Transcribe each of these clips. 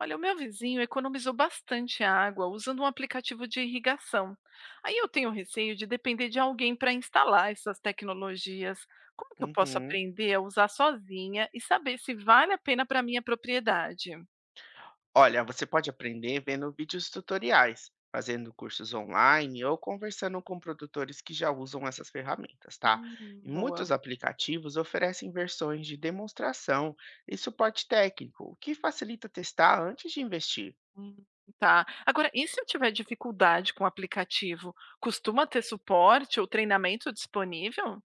Olha, o meu vizinho economizou bastante água usando um aplicativo de irrigação. Aí eu tenho receio de depender de alguém para instalar essas tecnologias. Como que eu posso Uhum. aprender a usar sozinha e saber se vale a pena para minha propriedade? Olha, você pode aprender vendo vídeos tutoriais, fazendo cursos online ou conversando com produtores que já usam essas ferramentas, tá? E Boa. muitos aplicativos oferecem versões de demonstração e suporte técnico, o que facilita testar antes de investir. Hum, tá. Agora, e se eu tiver dificuldade com o aplicativo, costuma ter suporte ou treinamento disponível?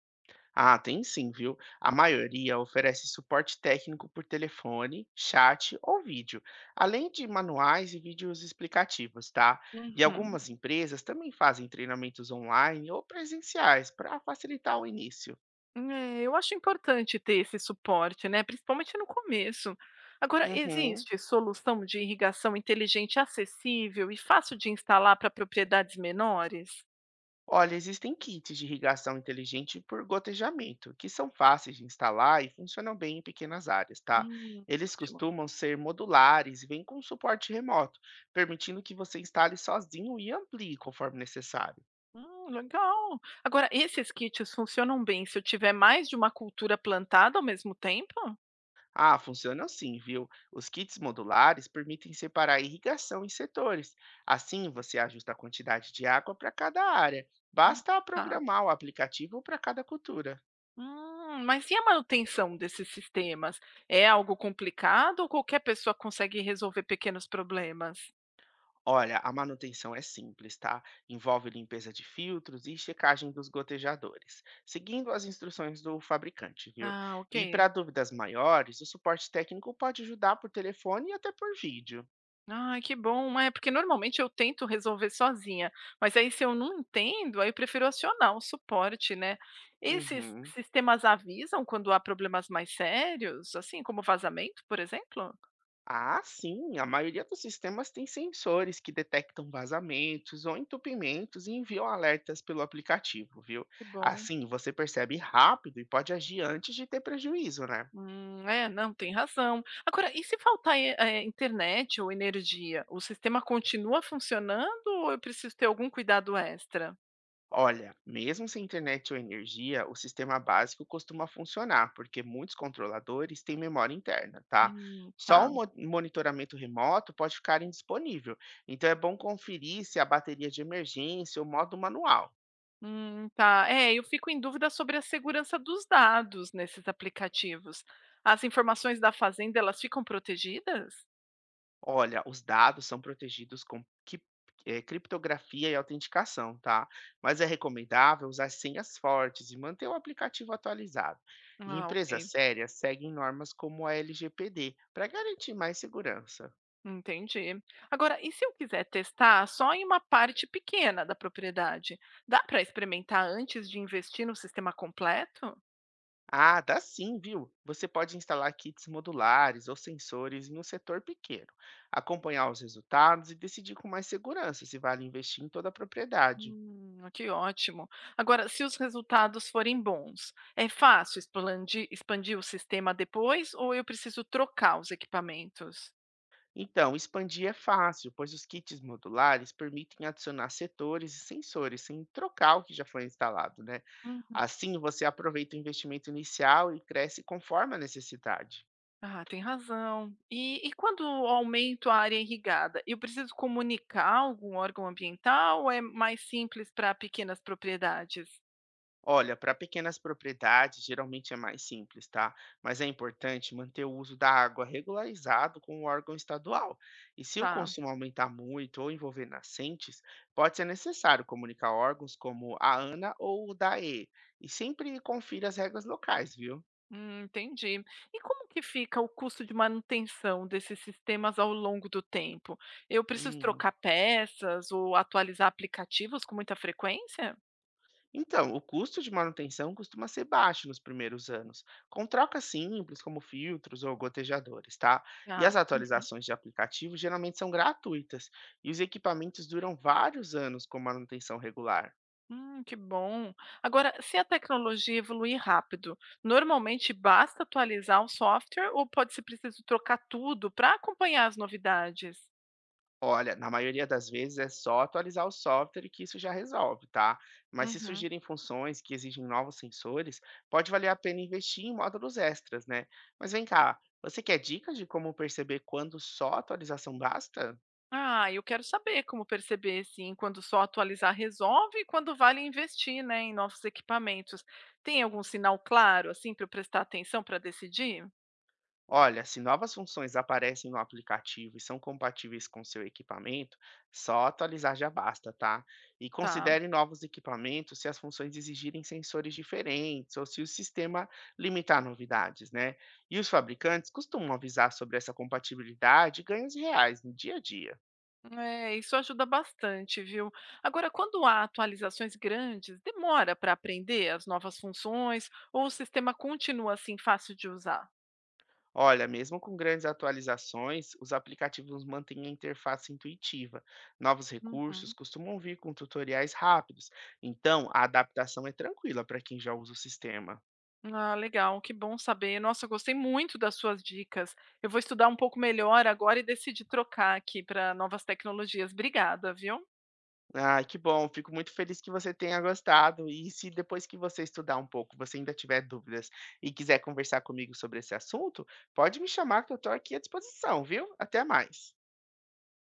Ah, tem sim, viu? A maioria oferece suporte técnico por telefone, chat ou vídeo, além de manuais e vídeos explicativos, tá? E Uhum. algumas empresas também fazem treinamentos online ou presenciais para facilitar o início. É, eu acho importante ter esse suporte, né, principalmente no começo. Agora, Uhum. existe solução de irrigação inteligente acessível e fácil de instalar para propriedades menores? Olha, existem kits de irrigação inteligente por gotejamento, que são fáceis de instalar e funcionam bem em pequenas áreas, tá? Eles Ótimo. costumam ser modulares e vêm com suporte remoto, permitindo que você instale sozinho e amplie conforme necessário. Legal. Agora, esses kits funcionam bem se eu tiver mais de uma cultura plantada ao mesmo tempo? Ah, funcionam sim, viu? Os kits modulares permitem separar a irrigação em setores. Assim, você ajusta a quantidade de água para cada área. Hum, Basta Tá. programar o aplicativo para cada cultura. Mas e a manutenção desses sistemas? É algo complicado ou qualquer pessoa consegue resolver pequenos problemas? Olha, a manutenção é simples, tá? Envolve limpeza de filtros e checagem dos gotejadores, seguindo as instruções do fabricante, viu? Ah, E ok. para dúvidas maiores, o suporte técnico pode ajudar por telefone e até por vídeo. Ai, que bom. É, porque normalmente eu tento resolver sozinha, mas aí se eu não entendo, aí eu prefiro acionar o suporte, né. Esses Uhum. sistemas avisam quando há problemas mais sérios, assim, como vazamento, por exemplo? Ah, sim, a maioria dos sistemas tem sensores que detectam vazamentos ou entupimentos e enviam alertas pelo aplicativo, viu? Que bom. Assim, você percebe rápido e pode agir antes de ter prejuízo, né? É, não, tem razão. Agora, e se faltar, internet ou energia, o sistema continua funcionando ou eu preciso ter algum cuidado extra? Olha, mesmo sem internet ou energia, o sistema básico costuma funcionar, porque muitos controladores têm memória interna, tá? Só Tá. o monitoramento remoto pode ficar indisponível, então é bom conferir se a bateria de emergência ou modo manual. Tá. É, eu fico em dúvida sobre a segurança dos dados nesses aplicativos. As informações da fazenda, elas ficam protegidas? Olha, os dados são protegidos com criptografia e autenticação, tá? Mas é recomendável usar senhas fortes e manter o aplicativo atualizado. E Ah, ok. empresas sérias seguem normas como a LGPD para garantir mais segurança. Entendi. Agora, e se eu quiser testar só em uma parte pequena da propriedade? Dá para experimentar antes de investir no sistema completo? Ah, dá sim, viu? Você pode instalar kits modulares ou sensores em um setor pequeno, acompanhar os resultados e decidir com mais segurança se vale investir em toda a propriedade. Que ótimo. Agora, se os resultados forem bons, é fácil expandir, expandir o sistema depois ou eu preciso trocar os equipamentos? Então, expandir é fácil, pois os kits modulares permitem adicionar setores e sensores sem trocar o que já foi instalado, né? Assim, você aproveita o investimento inicial e cresce conforme a necessidade. Ah, tem razão. E quando eu aumento a área irrigada, eu preciso comunicar a algum órgão ambiental ou é mais simples para pequenas propriedades? Olha, para pequenas propriedades geralmente é mais simples, tá? Mas é importante manter o uso da água regularizado com o órgão estadual. E se o Tá, consumo aumentar muito ou envolver nascentes, pode ser necessário comunicar órgãos como a ANA ou o DAE. E sempre confira as regras locais, viu? Entendi. E como que fica o custo de manutenção desses sistemas ao longo do tempo? Eu preciso Hum. trocar peças ou atualizar aplicativos com muita frequência? Então, o custo de manutenção costuma ser baixo nos primeiros anos, com trocas simples como filtros ou gotejadores, tá? E as Tá. atualizações de aplicativo geralmente são gratuitas, e os equipamentos duram vários anos com manutenção regular. Que bom. Agora, se a tecnologia evoluir rápido, normalmente basta atualizar o software ou pode ser preciso trocar tudo para acompanhar as novidades? Olha, na maioria das vezes é só atualizar o software que isso já resolve, tá? Mas se Uhum. surgirem funções que exigem novos sensores, pode valer a pena investir em módulos extras, né? Mas vem cá, você quer dicas de como perceber quando só atualização basta? Ah, eu quero saber como perceber, sim, quando só atualizar resolve e quando vale investir, né, em novos equipamentos. Tem algum sinal claro, assim, para eu prestar atenção para decidir? Olha, se novas funções aparecem no aplicativo e são compatíveis com seu equipamento, só atualizar já basta, tá? E Tá. considere novos equipamentos se as funções exigirem sensores diferentes ou se o sistema limitar novidades, né? E os fabricantes costumam avisar sobre essa compatibilidade e ganhos reais no dia a dia. É, isso ajuda bastante, viu? Agora, quando há atualizações grandes, demora para aprender as novas funções ou o sistema continua assim fácil de usar? Olha, mesmo com grandes atualizações, os aplicativos mantêm a interface intuitiva. Novos recursos Uhum. costumam vir com tutoriais rápidos, então a adaptação é tranquila para quem já usa o sistema. Ah, legal, que bom saber. Nossa, eu gostei muito das suas dicas. Eu vou estudar um pouco melhor agora e decidir trocar aqui para novas tecnologias. Obrigada, viu? Ah, que bom, fico muito feliz que você tenha gostado. E se depois que você estudar um pouco, você ainda tiver dúvidas e quiser conversar comigo sobre esse assunto, pode me chamar que eu estou aqui à disposição, viu? Até mais.